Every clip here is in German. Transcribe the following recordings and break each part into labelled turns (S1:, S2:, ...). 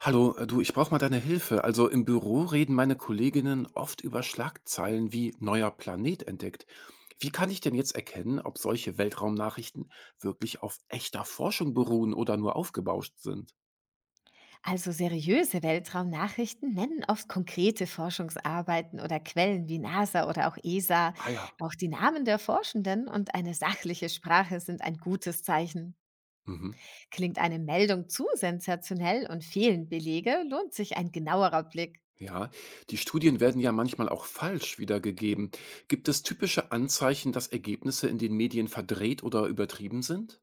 S1: Hallo, du, ich brauche mal deine Hilfe. Also im Büro reden meine Kolleginnen oft über Schlagzeilen wie neuer Planet entdeckt. Wie kann ich denn jetzt erkennen, ob solche Weltraumnachrichten wirklich auf echter Forschung beruhen oder nur aufgebauscht sind?
S2: Also seriöse Weltraumnachrichten nennen oft konkrete Forschungsarbeiten oder Quellen wie NASA oder auch ESA.
S1: Ah ja.
S2: Auch die Namen der Forschenden und eine sachliche Sprache sind ein gutes Zeichen.
S1: Mhm.
S2: Klingt eine Meldung zu sensationell und fehlen Belege, lohnt sich ein genauerer Blick.
S1: Ja, die Studien werden ja manchmal auch falsch wiedergegeben. Gibt es typische Anzeichen, dass Ergebnisse in den Medien verdreht oder übertrieben sind?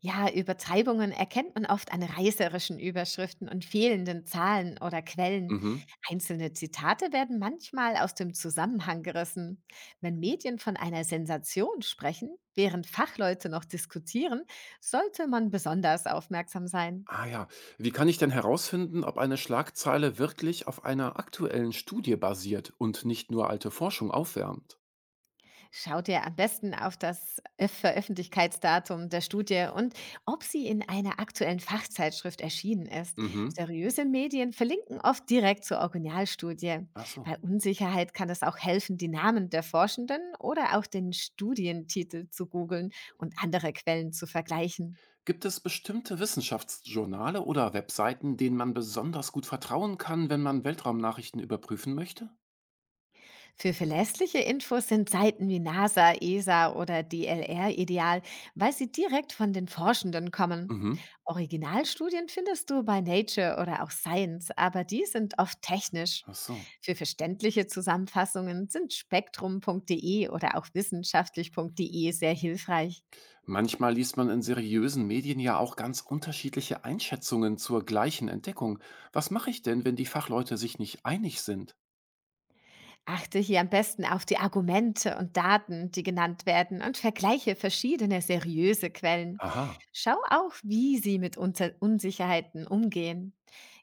S2: Ja, Übertreibungen erkennt man oft an reißerischen Überschriften und fehlenden Zahlen oder Quellen.
S1: Mhm.
S2: Einzelne Zitate werden manchmal aus dem Zusammenhang gerissen. Wenn Medien von einer Sensation sprechen, während Fachleute noch diskutieren, sollte man besonders aufmerksam sein.
S1: Ah ja, wie kann ich denn herausfinden, ob eine Schlagzeile wirklich auf einer aktuellen Studie basiert und nicht nur alte Forschung aufwärmt?
S2: Schau dir am besten auf das Veröffentlichkeitsdatum der Studie und ob sie in einer aktuellen Fachzeitschrift erschienen ist.
S1: Mhm.
S2: Seriöse Medien verlinken oft direkt zur Originalstudie.
S1: Ach so.
S2: Bei Unsicherheit kann es auch helfen, die Namen der Forschenden oder auch den Studientitel zu googeln und andere Quellen zu vergleichen.
S1: Gibt es bestimmte Wissenschaftsjournale oder Webseiten, denen man besonders gut vertrauen kann, wenn man Weltraumnachrichten überprüfen möchte?
S2: Für verlässliche Infos sind Seiten wie NASA, ESA oder DLR ideal, weil sie direkt von den Forschenden kommen.
S1: Mhm.
S2: Originalstudien findest du bei Nature oder auch Science, aber die sind oft technisch.
S1: Ach so.
S2: Für verständliche Zusammenfassungen sind spektrum.de oder auch wissenschaftlich.de sehr hilfreich.
S1: Manchmal liest man in seriösen Medien ja auch ganz unterschiedliche Einschätzungen zur gleichen Entdeckung. Was mache ich denn, wenn die Fachleute sich nicht einig sind?
S2: Achte hier am besten auf die Argumente und Daten, die genannt werden und vergleiche verschiedene seriöse Quellen.
S1: Aha.
S2: Schau auch, wie sie mit Unter Unsicherheiten umgehen.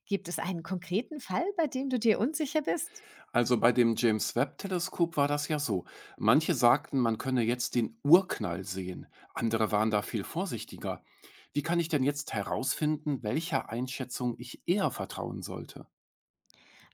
S2: Gibt es einen konkreten Fall, bei dem du dir unsicher bist?
S1: Also bei dem James-Webb-Teleskop war das ja so. Manche sagten, man könne jetzt den Urknall sehen, andere waren da viel vorsichtiger. Wie kann ich denn jetzt herausfinden, welcher Einschätzung ich eher vertrauen sollte?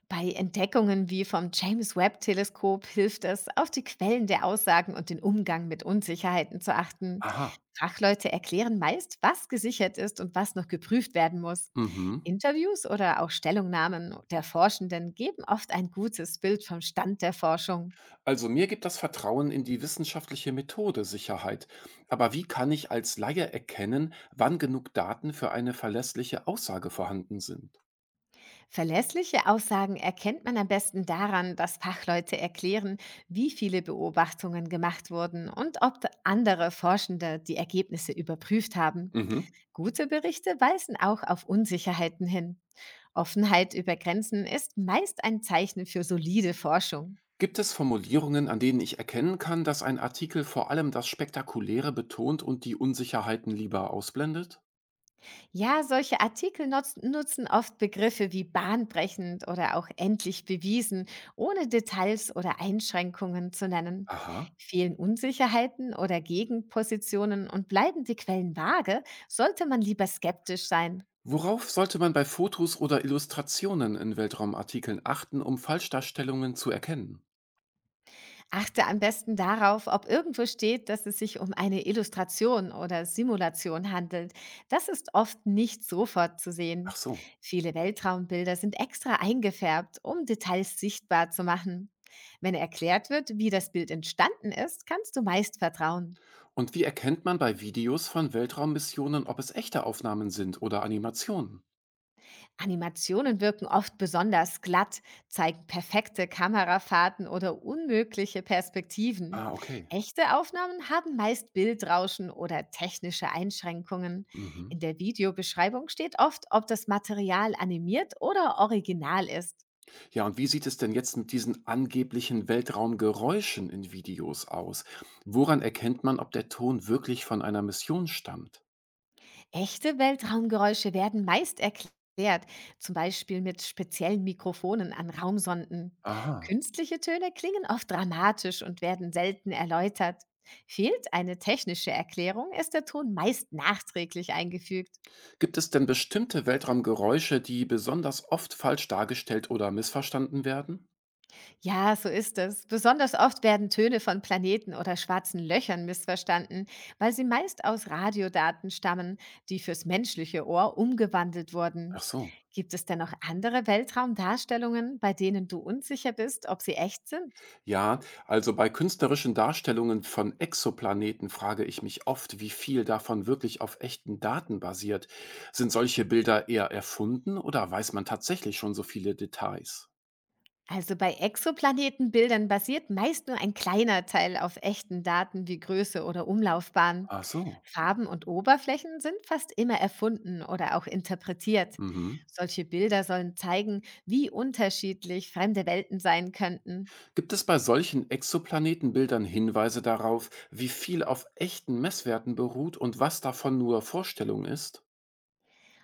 S2: Bei Entdeckungen wie vom James Webb Teleskop hilft es, auf die Quellen der Aussagen und den Umgang mit Unsicherheiten zu achten.
S1: Aha.
S2: Fachleute erklären meist, was gesichert ist und was noch geprüft werden muss.
S1: Mhm.
S2: Interviews oder auch Stellungnahmen der Forschenden geben oft ein gutes Bild vom Stand der Forschung.
S1: Also mir gibt das Vertrauen in die wissenschaftliche Methode Sicherheit. Aber wie kann ich als Laie erkennen, wann genug Daten für eine verlässliche Aussage vorhanden sind?
S2: Verlässliche Aussagen erkennt man am besten daran, dass Fachleute erklären, wie viele Beobachtungen gemacht wurden und ob andere Forschende die Ergebnisse überprüft haben.
S1: Mhm.
S2: Gute Berichte weisen auch auf Unsicherheiten hin. Offenheit über Grenzen ist meist ein Zeichen für solide Forschung.
S1: Gibt es Formulierungen, an denen ich erkennen kann, dass ein Artikel vor allem das Spektakuläre betont und die Unsicherheiten lieber ausblendet?
S2: Ja, solche Artikel nutzen oft Begriffe wie bahnbrechend oder auch endlich bewiesen, ohne Details oder Einschränkungen zu nennen.
S1: Aha.
S2: Fehlen Unsicherheiten oder Gegenpositionen und bleiben die Quellen vage, sollte man lieber skeptisch sein.
S1: Worauf sollte man bei Fotos oder Illustrationen in Weltraumartikeln achten, um Falschdarstellungen zu erkennen?
S2: Achte am besten darauf, ob irgendwo steht, dass es sich um eine Illustration oder Simulation handelt. Das ist oft nicht sofort zu
S1: Ach
S2: sehen.
S1: so.
S2: Viele Weltraumbilder sind extra eingefärbt, um Details sichtbar zu machen. Wenn erklärt wird, wie das Bild entstanden ist, kannst du meist vertrauen.
S1: Und wie erkennt man bei Videos von Weltraummissionen, ob es echte Aufnahmen sind oder Animationen?
S2: Animationen wirken oft besonders glatt, zeigen perfekte Kamerafahrten oder unmögliche Perspektiven.
S1: Ah, okay.
S2: Echte Aufnahmen haben meist Bildrauschen oder technische Einschränkungen.
S1: Mhm.
S2: In der Videobeschreibung steht oft, ob das Material animiert oder original ist.
S1: Ja, und wie sieht es denn jetzt mit diesen angeblichen Weltraumgeräuschen in Videos aus? Woran erkennt man, ob der Ton wirklich von einer Mission stammt?
S2: Echte Weltraumgeräusche werden meist erklärt, zum Beispiel mit speziellen Mikrofonen an Raumsonden.
S1: Aha.
S2: Künstliche Töne klingen oft dramatisch und werden selten erläutert. Fehlt eine technische Erklärung, ist der Ton meist nachträglich eingefügt.
S1: Gibt es denn bestimmte Weltraumgeräusche, die besonders oft falsch dargestellt oder missverstanden werden?
S2: Ja, so ist es. Besonders oft werden Töne von Planeten oder schwarzen Löchern missverstanden, weil sie meist aus Radiodaten stammen, die fürs menschliche Ohr umgewandelt
S1: Ach
S2: wurden.
S1: so.
S2: Gibt es denn noch andere Weltraumdarstellungen, bei denen du unsicher bist, ob sie echt sind?
S1: Ja, also bei künstlerischen Darstellungen von Exoplaneten frage ich mich oft, wie viel davon wirklich auf echten Daten basiert. Sind solche Bilder eher erfunden oder weiß man tatsächlich schon so viele Details?
S2: Also bei Exoplanetenbildern basiert meist nur ein kleiner Teil auf echten Daten wie Größe oder Umlaufbahn.
S1: Ach so.
S2: Farben und Oberflächen sind fast immer erfunden oder auch interpretiert.
S1: Mhm.
S2: Solche Bilder sollen zeigen, wie unterschiedlich fremde Welten sein könnten.
S1: Gibt es bei solchen Exoplanetenbildern Hinweise darauf, wie viel auf echten Messwerten beruht und was davon nur Vorstellung ist?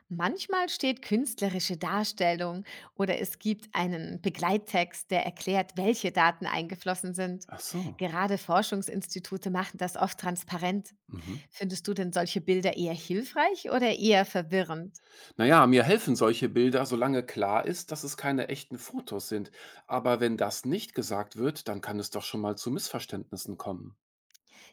S2: Manchmal steht künstlerische Darstellung oder es gibt einen Begleittext, der erklärt, welche Daten eingeflossen sind.
S1: Ach so.
S2: Gerade Forschungsinstitute machen das oft transparent.
S1: Mhm.
S2: Findest du denn solche Bilder eher hilfreich oder eher verwirrend?
S1: Naja, mir helfen solche Bilder, solange klar ist, dass es keine echten Fotos sind. Aber wenn das nicht gesagt wird, dann kann es doch schon mal zu Missverständnissen kommen.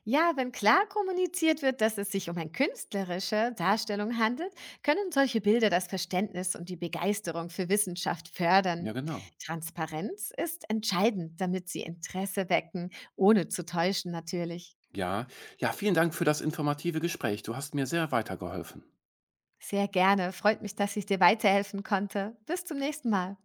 S2: Ja, wenn klar kommuniziert wird, dass es sich um eine künstlerische Darstellung handelt, können solche Bilder das Verständnis und die Begeisterung für Wissenschaft fördern.
S1: Ja, genau.
S2: Transparenz ist entscheidend, damit sie Interesse wecken, ohne zu täuschen natürlich.
S1: Ja, ja, vielen Dank für das informative Gespräch. Du hast mir sehr weitergeholfen.
S2: Sehr gerne, freut mich, dass ich dir weiterhelfen konnte. Bis zum nächsten Mal.